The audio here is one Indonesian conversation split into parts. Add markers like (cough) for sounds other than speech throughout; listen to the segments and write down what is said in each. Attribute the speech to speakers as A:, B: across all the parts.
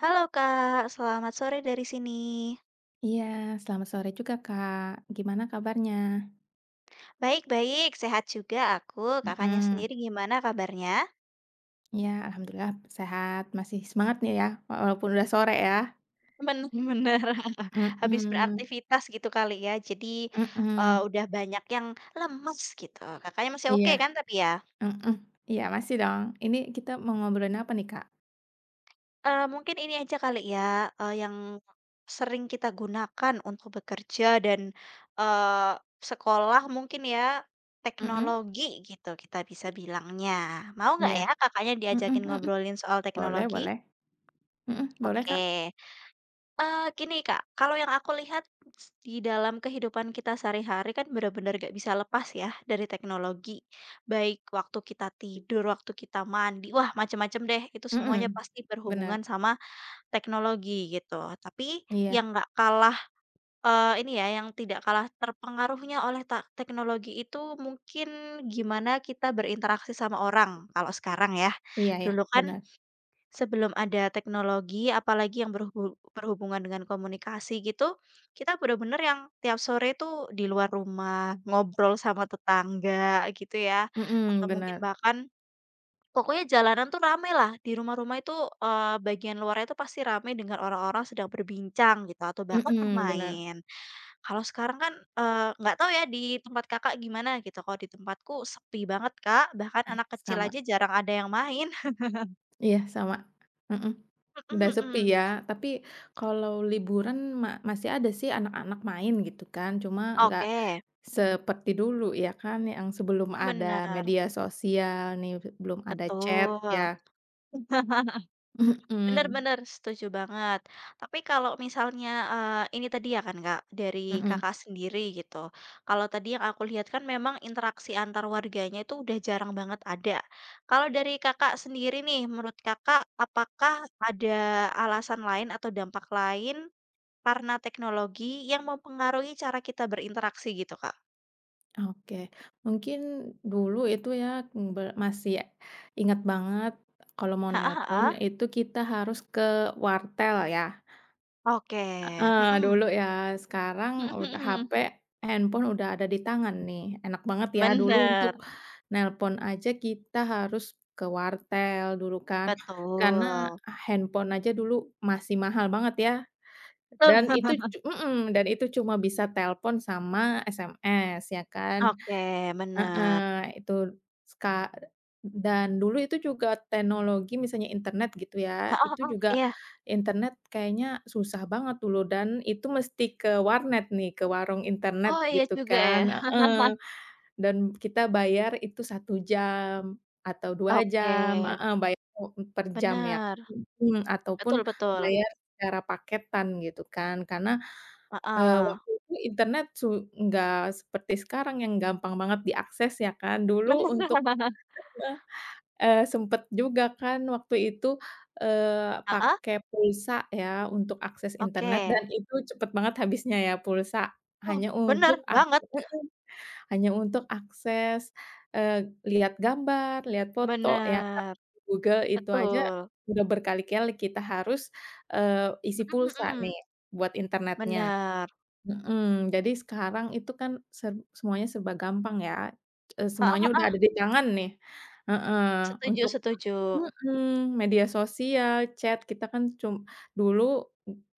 A: Halo Kak, selamat sore dari sini.
B: Iya, selamat sore juga, Kak. Gimana kabarnya?
A: Baik-baik, sehat juga aku. Kakaknya
B: Mhm.
A: sendiri gimana kabarnya?
B: Iya, alhamdulillah sehat, masih semangat nih ya, walaupun udah sore ya.
A: Benar benar, (laughs) Habis
B: Mhm,
A: beraktivitas gitu kali ya. Jadi,
B: mhm,
A: udah banyak yang lemes gitu. Kakaknya masih oke
B: iya,
A: kan tapi ya?
B: mhm, iya masih dong. Ini kita mau ngobrolin apa nih, Kak?
A: Mungkin ini aja kali ya, yang sering kita gunakan untuk bekerja dan, eee, sekolah mungkin ya,
B: Mhm,
A: teknologi gitu kita bisa bilangnya. Mau nggak
B: iya,
A: ya Kakaknya
B: mhm
A: diajakin
B: mhm,
A: ngobrolin soal
B: boleh
A: teknologi?
B: boleh, mhm, boleh, Kak,
A: Oke. Gini Kak, kalau yang aku lihat di dalam kehidupan kita sehari-hari kan bener-bener nggak bisa lepas ya dari teknologi. Baik waktu kita tidur, waktu kita mandi, wah macem-macem deh, itu semuanya
B: mhm,
A: pasti
B: bener,
A: berhubungan sama teknologi gitu, tapi
B: iya,
A: yang nggak kalah, ini ya, yang tidak kalah terpengaruhnya oleh teknologi itu mungkin gimana kita berinteraksi sama orang kalau sekarang ya.
B: iya iya,
A: Dulu kan
B: bener,
A: sebelum ada teknologi apalagi yang berhubungan dengan komunikasi gitu, kita benar-benar yang tiap sore tuh di luar rumah, ngobrol sama tetangga gitu ya, atau
B: Benar.
A: mungkin
B: Bener,
A: bahkan. Pokoknya jalanan tuh rame lah. Di rumah-rumah itu, bagian luarnya itu pasti ramai dengan orang-orang sedang berbincang gitu atau bahkan
B: mhm, bener,
A: bermain. Kalau sekarang kan, nggak tahu ya di tempat Kakak gimana gitu, kalau di tempatku sepi banget, Kak, bahkan
B: eh,
A: anak kecil
B: sama,
A: aja jarang ada yang main.
B: iya sama, mhm.
A: (laughs)
B: Udah
A: Mhm
B: sepi
A: mhm.
B: ya, tapi kalau liburan masih ada sih anak-anak main gitu kan, cuma nggak
A: Oke,
B: seperti dulu ya kan yang sebelum ada
A: benar,
B: media sosial nih, belum ada chat
A: betul.
B: ya.
A: (laughs)
B: Mhm,
A: Benar-benar setuju banget. Tapi kalau misalnya, ini tadi ya kan Kak, dari
B: mhm.
A: Kakak sendiri gitu, kalau tadi yang aku lihat kan memang interaksi antar warganya itu udah jarang banget ada. Kalau dari Kakak sendiri nih, menurut Kakak apakah ada alasan lain atau dampak lain karena teknologi yang mempengaruhi cara kita berinteraksi gitu Kak?
B: Oke, mungkin dulu itu ya, masih ingat banget kalau mau
A: Heeh
B: nelpon
A: heeh,
B: itu kita harus ke wartel ya.
A: oke, mhm,
B: Dulu ya, sekarang udah
A: mhm. (laughs)
B: HP, handphone udah ada di tangan nih. Enak banget ya, dulu
A: Bener,
B: untuk nelpon aja kita harus ke wartel dulu kan, karena
A: betul.
B: handphone aja dulu masih mahal banget ya,
A: Betul.
B: dan itu
A: (laughs)
B: mhm, dan itu cuma bisa telepon sama SMS ya kan.
A: Oke, benar.
B: Heeh, itu ska dan dulu itu juga teknologi misalnya internet gitu ya,
A: Heeh
B: itu
A: heeh,
B: juga
A: iya.
B: internet kayaknya susah banget dulu dan itu mesti ke warnet nih, ke warung internet
A: Oh iya
B: gitu
A: juga
B: kan
A: ya.
B: heeh,
A: (laughs)
B: dan kita bayar itu satu jam atau dua
A: Oke,
B: jam heeh, bayar per jam ya
A: benar,
B: mhm, ataupun
A: betul betul.
B: bayar secara paketan gitu kan, karena
A: Heeh.
B: waktu itu internet nggak seperti sekarang yang gampang banget diakses ya kan. Dulu untuk
A: (laughs) Bener.
B: heeh, sempet juga kan waktu itu,
A: Heeh,
B: pakai pulsa ya untuk akses
A: oke.
B: internet dan itu cepet banget habisnya ya pulsa,
A: Oh,
B: hanya
A: benar
B: untuk
A: banget.
B: heeh, hanya untuk akses, lihat gambar, lihat foto ya kan
A: Benar,
B: Google itu aja
A: betul.
B: udah berkali-kali kita harus, isi
A: Mhm
B: pulsa
A: mhm.
B: nih buat internetnya.
A: Bener.
B: Mhm, jadi sekarang itu kan semuanya serba gampang ya,
A: Heeh
B: semuanya udah
A: heeh.
B: ada di tangan nih, heeh,
A: Setuju
B: untuk
A: setuju.
B: mhm, media sosial, chat, kita kan cum dulu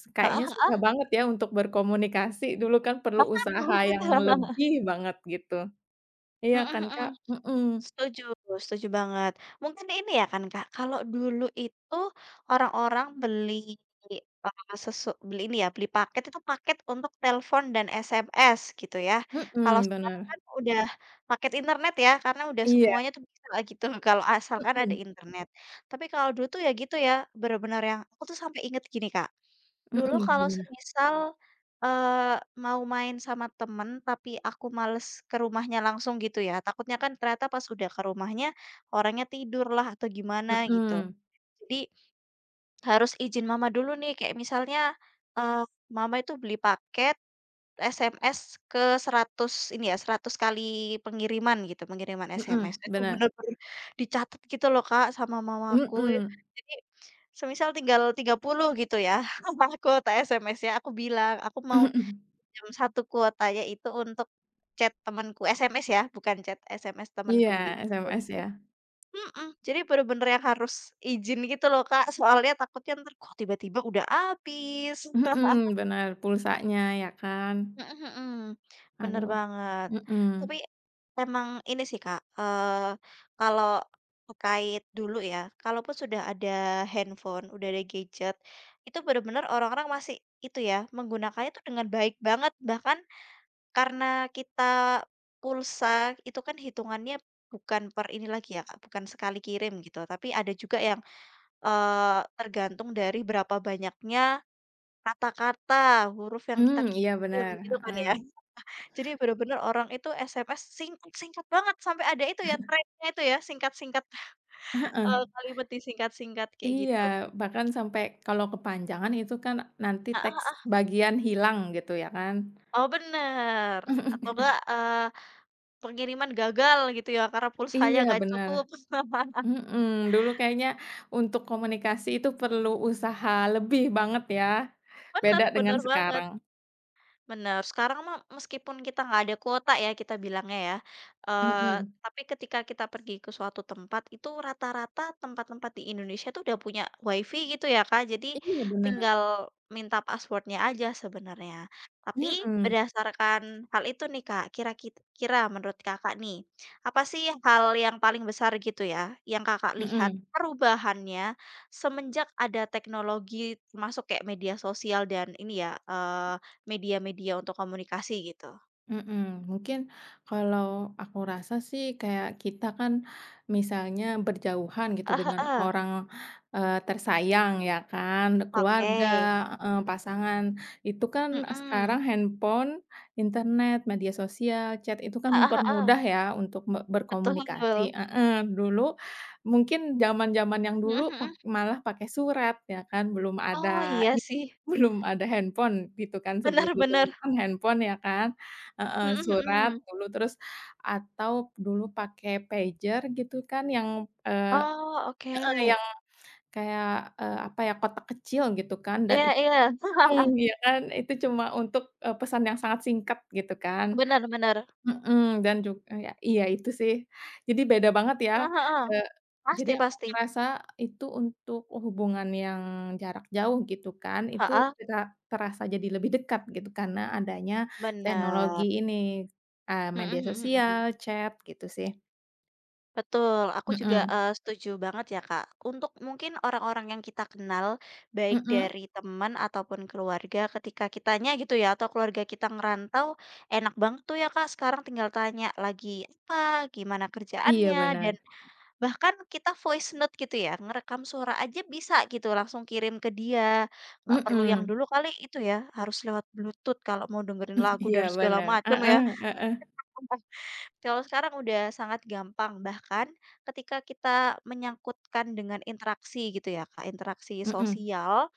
A: Heeh
B: kayaknya
A: heeh.
B: susah banget ya untuk berkomunikasi, dulu kan perlu
A: Banget.
B: usaha yang
A: (laughs)
B: lebih banget gitu, iya
A: Mhm
B: kan,
A: mhm.
B: Kak? Mhm,
A: Setuju setuju banget. Mungkin ini ya kan, Kak, kalau dulu itu orang-orang beli, beli ini ya, beli paket itu paket untuk telepon dan SMS gitu ya. Kalau
B: mhm,
A: sekarang
B: bener,
A: kan udah paket internet ya, karena udah
B: iya,
A: semuanya tuh bisa lah gitu (laughs) kalau asalkan ada
B: mhm,
A: internet. Tapi kalau dulu tuh ya gitu ya, benar-benar yang aku tuh sampai inget gini, Kak. Dulu
B: mhm,
A: kalau
B: gimana?
A: semisal, eee, mau main sama temen tapi aku males ke rumahnya langsung gitu ya, takutnya kan ternyata pas udah ke rumahnya orangnya tidur lah atau gimana gitu.
B: Mhm,
A: Jadi harus izin mama dulu nih kayak misalnya, eee, mama itu beli paket SMS ke 100, ini ya, 100 kali pengiriman gitu, pengiriman SMS.
B: mhm,
A: Itu
B: bener,
A: bener-bener dicatat gitu loh Kak sama
B: mhm,
A: mamaku.
B: mhm,
A: Jadi semisal tinggal 30 gitu ya, (laughs) kuota SMS-nya, aku bilang, "Aku mau
B: (laughs)
A: jam 1 kuotanya itu untuk chat temenku," SMS ya, bukan chat SMS
B: iya,
A: temanku gitu.
B: SMS ya.
A: Mhm, jadi bener-bener yang harus izin gitu loh, Kak, soalnya takutnya ntar kok tiba-tiba udah habis.
B: Mhm,
A: (laughs)
B: bener, pulsanya ya kan?
A: Mhm mhm, bener
B: Aduh,
A: banget. Tapi
B: mhm.
A: emang ini sih Kak, kalau terkait dulu ya, kalaupun sudah ada handphone, udah ada gadget, itu bener-bener orang-orang masih itu ya, menggunakannya tuh dengan baik banget. Bahkan karena kita pulsa itu kan hitungannya bukan per ini lagi ya Kak, bukan sekali kirim gitu, tapi ada juga yang, eee, tergantung dari berapa banyaknya kata-kata, huruf yang kita
B: Mmm, iya
A: kirim
B: bener,
A: gitu kan
B: heeh.
A: ya. Jadi bener-bener orang itu SMS singkat-singkat banget, sampai ada itu ya trennya itu ya, singkat-singkat,
B: Heeh,
A: kalimat disingkat-singkat kayak
B: iya,
A: gitu.
B: bahkan sampai kalau kepanjangan itu kan nanti teks
A: Heeh,
B: bagian hilang gitu ya kan?
A: oh bener, atau
B: (laughs)
A: enggak, pengiriman gagal gitu ya, karena pulsanya
B: Iya
A: nggak
B: bener,
A: cukup. (laughs)
B: mhm, dulu kayaknya untuk komunikasi itu perlu usaha lebih banget ya,
A: Bener
B: beda dengan
A: bener banget.
B: sekarang.
A: Benar sekarang mah meskipun kita nggak ada kuota ya kita bilangnya ya, eee,
B: Mhm,
A: tapi ketika kita pergi ke suatu tempat itu rata-rata tempat-tempat di Indonesia tuh udah punya WiFi gitu ya Kak, jadi
B: iya bener,
A: tinggal minta password-nya aja sebenarnya. Tapi
B: mhm,
A: berdasarkan hal itu nih Kak, kira kira menurut Kakak nih, apa sih hal yang paling besar gitu ya, yang Kakak lihat
B: mhm.
A: perubahannya semenjak ada teknologi termasuk kayak media sosial dan ini ya, media-media untuk komunikasi gitu?
B: Mhm, mungkin kalau aku rasa sih kayak kita kan misalnya berjauhan gitu
A: Heeh
B: dengan
A: heeh,
B: orang, tersayang ya kan,
A: oke.
B: keluarga, heeh, pasangan, itu kan
A: Mhm,
B: sekarang handphone, internet, media sosial, chat itu kan
A: heeh heeh,
B: mempermudah ya untuk
A: betul,
B: berkomunikasi heeh, dulu mungkin zaman-zaman yang dulu
A: mhm
B: pak
A: mhm.
B: malah pakai surat ya kan, belum
A: Oh
B: ada
A: iya sih,
B: (laughs) belum ada handphone gitu kan, sebelum
A: bener bener,
B: ditemukan handphone ya kan. Heeh,
A: mhm
B: surat
A: mhm.
B: dulu terus atau dulu pakai pager gitu kan yang, eee
A: Oh oke,
B: heeh, yang kayak, apa ya, kotak kecil gitu kan dan
A: iya
B: itu
A: iya, (laughs)
B: mhm, iya kan, itu cuma untuk, pesan yang sangat singkat gitu kan.
A: bener bener,
B: Mhm, dan ya iya itu sih. Jadi beda banget ya,
A: heeh heeh,
B: eee, jadi
A: pasti
B: aku
A: pasti,
B: ngerasa itu untuk hubungan yang jarak jauh gitu kan, itu
A: heeh,
B: tera terasa jadi lebih dekat gitu karena adanya teknologi
A: bener,
B: ini,
A: mhm
B: media
A: mhm
B: sosial,
A: mhm.
B: chat gitu sih.
A: Betul, aku juga,
B: Mhm,
A: setuju banget ya, Kak. Untuk mungkin orang-orang yang kita kenal, baik
B: mhm,
A: dari teman ataupun keluarga, ketika kitanya gitu ya atau keluarga kita ngerantau, enak banget tuh ya, Kak, sekarang tinggal tanya lagi apa, gimana
B: iya
A: kerjaannya,
B: benar,
A: dan bahkan kita voice note gitu ya, ngerekam suara aja bisa gitu, langsung kirim ke dia. Nggak perlu yang
B: mhm,
A: dulu kali itu ya, harus lewat Bluetooth kalau mau dengerin lagu
B: (laughs) iya
A: dan segala
B: benar,
A: macam
B: heeh
A: ya.
B: heeh,
A: Kalau sekarang udah sangat gampang, bahkan ketika kita menyangkutkan dengan interaksi gitu ya Kak, interaksi
B: mhm,
A: sosial,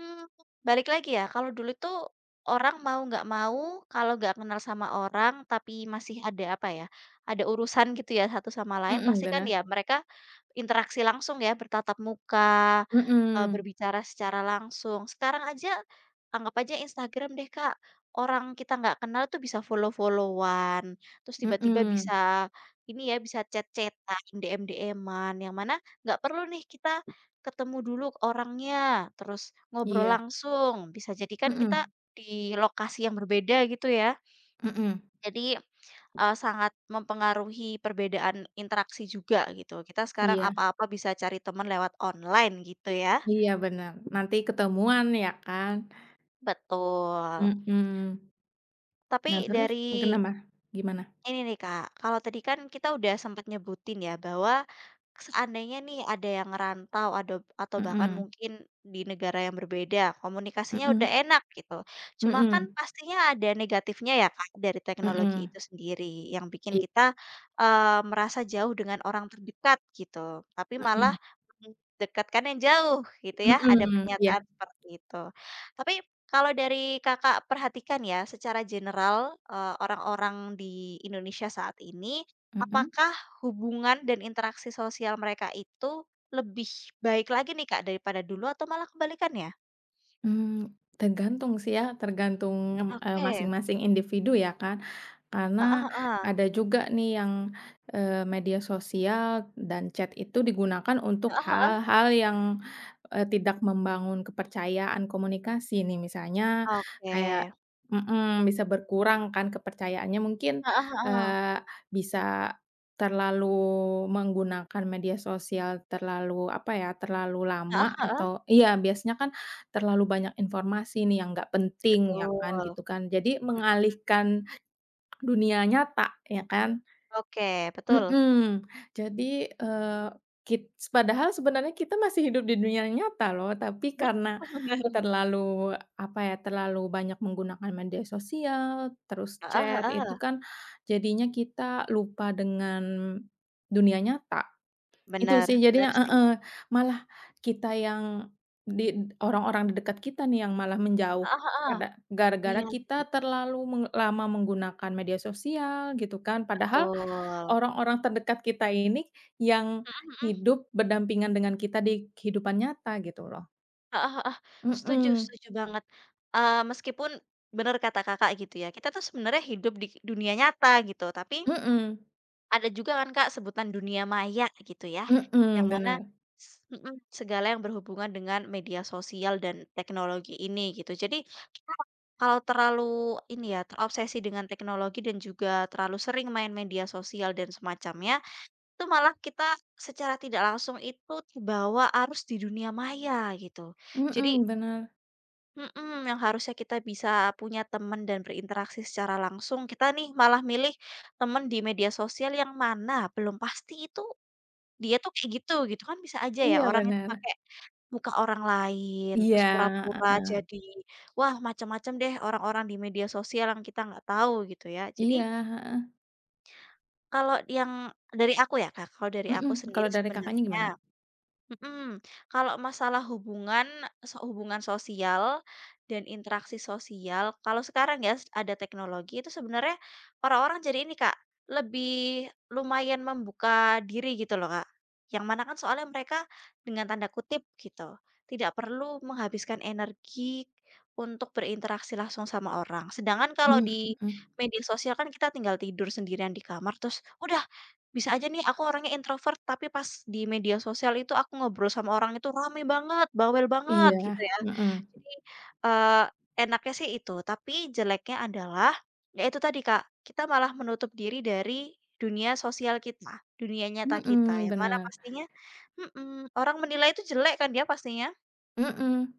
A: Mmm, balik lagi ya, kalau dulu tuh orang mau nggak mau, kalau nggak kenal sama orang tapi masih ada apa ya, ada urusan gitu ya satu sama lain,
B: mhm,
A: pasti kan
B: benar,
A: ya mereka interaksi langsung ya, bertatap muka,
B: mhm,
A: berbicara secara langsung. Sekarang aja anggap aja Instagram deh, Kak, orang kita nggak kenal tuh bisa follow-follow-an, terus tiba-tiba
B: mhm,
A: bisa ini ya, bisa chat-chat-an, DM-DM-an, yang mana nggak perlu nih kita ketemu dulu orangnya, terus ngobrol
B: iya,
A: langsung, bisa jadi kan kita
B: mhm,
A: di lokasi yang berbeda gitu ya.
B: mhm,
A: Jadi, sangat mempengaruhi perbedaan interaksi juga gitu. Kita sekarang
B: iya.
A: apa-apa bisa cari teman lewat online gitu ya.
B: Iya bener, nanti ketemuan ya kan?
A: Betul.
B: Mhm. Nah
A: Tapi
B: terus
A: dari
B: kenapa? Gimana?
A: Ini nih Kak, kalau tadi kan kita udah sempat nyebutin ya bahwa, seandainya nih ada yang ngerantau ada atau bahkan
B: Mhm,
A: mungkin di negara yang berbeda, komunikasinya udah
B: mhm,
A: enak gitu. Cuma kan
B: mhm,
A: pastinya ada negatifnya ya Kak, dari
B: mhm,
A: teknologi
B: mhm,
A: itu sendiri yang bikin
B: iya,
A: kita, merasa jauh dengan orang terdekat gitu, tapi malah dekatkan yang jauh gitu ya,
B: mhm,
A: ada
B: mhm, iya,
A: pernyataan seperti itu. Tapi kalau dari Kakak perhatikan ya, secara general, orang-orang di Indonesia saat ini,
B: mhm.
A: apakah hubungan dan interaksi sosial mereka itu lebih baik lagi nih, Kak, daripada dulu atau malah kebalikannya?
B: Mmm, tergantung sih ya, tergantung,
A: Oke,
B: masing-masing individu ya kan.
A: heeh
B: Karena
A: heeh,
B: ada juga nih yang, media sosial dan chat itu digunakan untuk
A: heeh heeh,
B: hal-hal yang, tidak membangun kepercayaan komunikasi nih, misalnya
A: oke,
B: kayak mhm, bisa berkurang kan kepercayaannya mungkin,
A: heeh heeh,
B: eee, bisa terlalu menggunakan media sosial terlalu, apa ya, terlalu
A: heeh
B: lama
A: heeh,
B: atau iya biasanya kan terlalu banyak informasi nih yang nggak penting ya
A: betul,
B: kan, gitu kan. Jadi
A: mhm,
B: mengalihkan dunia nyata ya kan.
A: oke, betul,
B: Mhm, jadi, padahal sebenarnya kita masih hidup di dunia nyata loh, tapi karena
A: (laughs) bener,
B: terlalu, apa ya, terlalu banyak menggunakan media sosial, terus
A: heeh
B: chat, itu
A: heeh,
B: kan jadinya kita lupa dengan dunia nyata. Itu
A: bener
B: sih jadinya
A: bener sih,
B: heeh, malah kita yang di orang-orang di dekat kita nih yang malah menjauh
A: heeh heeh,
B: karena gara-gara
A: iya sih,
B: kita terlalu lama menggunakan media sosial gitu kan. Padahal
A: betul,
B: orang-orang terdekat kita ini yang
A: mhm mhm.
B: hidup berdampingan dengan kita di kehidupan nyata gitu loh.
A: Heeh heeh, setuju
B: Mhm,
A: setuju banget, meskipun bener kata Kakak gitu ya, kita tuh sebenarnya hidup di dunia nyata gitu, tapi
B: mhm,
A: ada juga kan Kak sebutan dunia maya gitu ya,
B: mhm,
A: yang mana
B: bener,
A: s mhm, segala yang berhubungan dengan media sosial dan teknologi ini gitu. Jadi kita kalau terlalu ini ya, terobsesi dengan teknologi dan juga terlalu sering main media sosial dan semacamnya, itu malah kita secara tidak langsung itu terbawa arus di dunia maya gitu. Jadi
B: mhm,
A: Mhm, yang harusnya kita bisa punya teman dan berinteraksi secara langsung, kita nih malah milih teman di media sosial yang mana belum pasti itu dia tuh kayak gitu, gitu kan bisa aja ya orang itu
B: bener,
A: pakai muka orang lain,
B: iya,
A: terus pura-pura
B: heeh,
A: jadi wah macam-macam deh orang-orang di media sosial yang kita nggak tahu gitu ya. Jadi
B: iya, heeh,
A: kalau yang dari aku ya Kak, kalau dari
B: mhm,
A: aku
B: kalau
A: sendiri
B: dari Kakaknya gimana?
A: sebenarnya Mhm, kalau masalah hubungan, hubungan sosial dan interaksi sosial, kalau sekarang ya ada teknologi itu sebenarnya orang-orang jadi ini, Kak, lebih lumayan membuka diri gitu loh, Kak. Yang mana kan soalnya mereka dengan tanda kutip gitu, tidak perlu menghabiskan energi untuk berinteraksi langsung sama orang. Sedangkan kalau di
B: Mhm,
A: media sosial kan kita tinggal tidur sendirian di kamar terus udah bisa aja nih aku orangnya introvert, tapi pas di media sosial itu aku ngobrol sama orang itu rame banget, bawel banget gitu
B: iya,
A: ya.
B: mhm.
A: Jadi, eee, enaknya sih itu, tapi jeleknya adalah, ya itu tadi Kak, kita malah menutup diri dari dunia sosial kita, dunia nyata kita,
B: Mhm,
A: yang mana
B: bener,
A: pastinya mhm, orang menilai itu jelek kan dia pastinya.
B: mhm,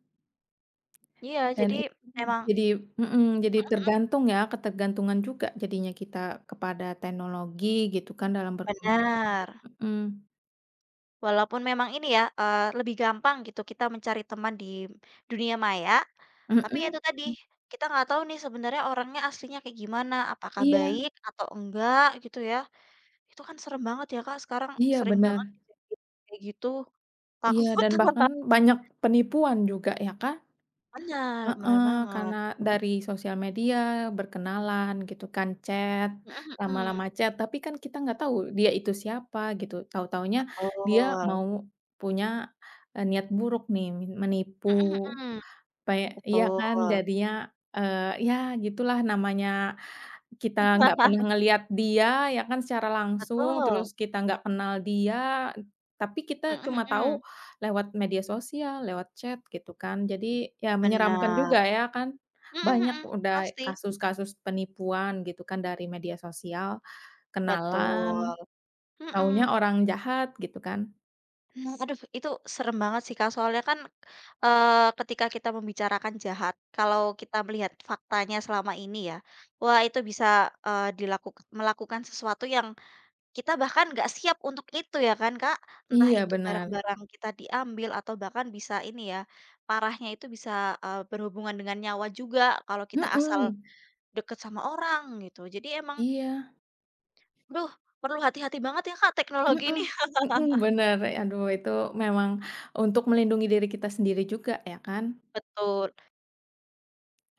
A: Iya,
B: dan
A: jadi
B: itu
A: emang
B: jadi mhm, jadi tergantung ya, ketergantungan juga jadinya kita kepada teknologi gitu kan dalam
A: benar.
B: mhm,
A: Walaupun memang ini ya, lebih gampang gitu kita mencari teman di dunia maya, tapi ya
B: mhm,
A: itu tadi, kita nggak tahu nih sebenarnya orangnya aslinya kayak gimana, apakah
B: iya
A: baik atau enggak gitu ya. Itu kan serem banget ya, Kak, sekarang
B: iya
A: sering
B: benar
A: banget kejadian kayak gitu, takut.
B: iya dan bahkan
A: (laughs)
B: banyak penipuan juga ya kan?
A: Bener bener
B: Heeh,
A: banget.
B: karena dari sosial media, berkenalan gitu kan, chat,
A: Mhm
B: lama-lama
A: mhm.
B: chat, tapi kan kita nggak tahu dia itu siapa gitu, tahu-tahunya dia
A: Betul.
B: mau punya, niat buruk nih, menipu,
A: Mhm mhm.
B: kayak iya kan,
A: Betul.
B: jadinya, ya gitulah namanya kita nggak pernah
A: (laughs)
B: ngelihat dia ya kan secara langsung, terus
A: Betul.
B: kita nggak kenal dia, tapi kita
A: Mhm
B: cuma tahu
A: mhm.
B: lewat media sosial, lewat chat gitu kan. Jadi ya menyeramkan
A: Bener.
B: juga ya kan,
A: Mhm
B: banyak
A: mhm.
B: udah
A: Pasti.
B: kasus-kasus penipuan gitu kan dari media sosial,
A: Betul.
B: kenalan, taunya
A: Mhm.
B: orang jahat gitu kan.
A: Mmm, aduh itu serem banget sih, Kak, soalnya kan, eee, ketika kita membicarakan jahat, kalau kita melihat faktanya selama ini ya, wah itu bisa, dilakukan melakukan sesuatu yang kita bahkan nggak siap untuk itu ya kan, Kak. Entah
B: Iya
A: itu
B: benar.
A: barang-barang kita diambil atau bahkan bisa ini ya, parahnya itu bisa, berhubungan dengan nyawa juga kalau kita asal
B: Mhm,
A: deket sama orang gitu. Jadi emang
B: iya,
A: aduh perlu hati-hati banget ya, Kak,
B: mhm,
A: teknologi ini. (laughs)
B: mhm, bener, aduh itu memang untuk melindungi diri kita sendiri juga ya kan.
A: Betul.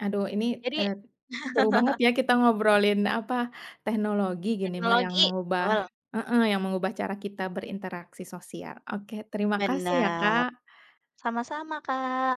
B: Aduh ini,
A: Jadi
B: eee, seru banget ya kita ngobrolin apa, teknologi gini mau yang
A: teknologi
B: mengubah
A: betul.
B: heeh, yang mengubah cara kita berinteraksi sosial. Oke terima kasih ya
A: Benar,
B: Kak.
A: sama-sama Kak.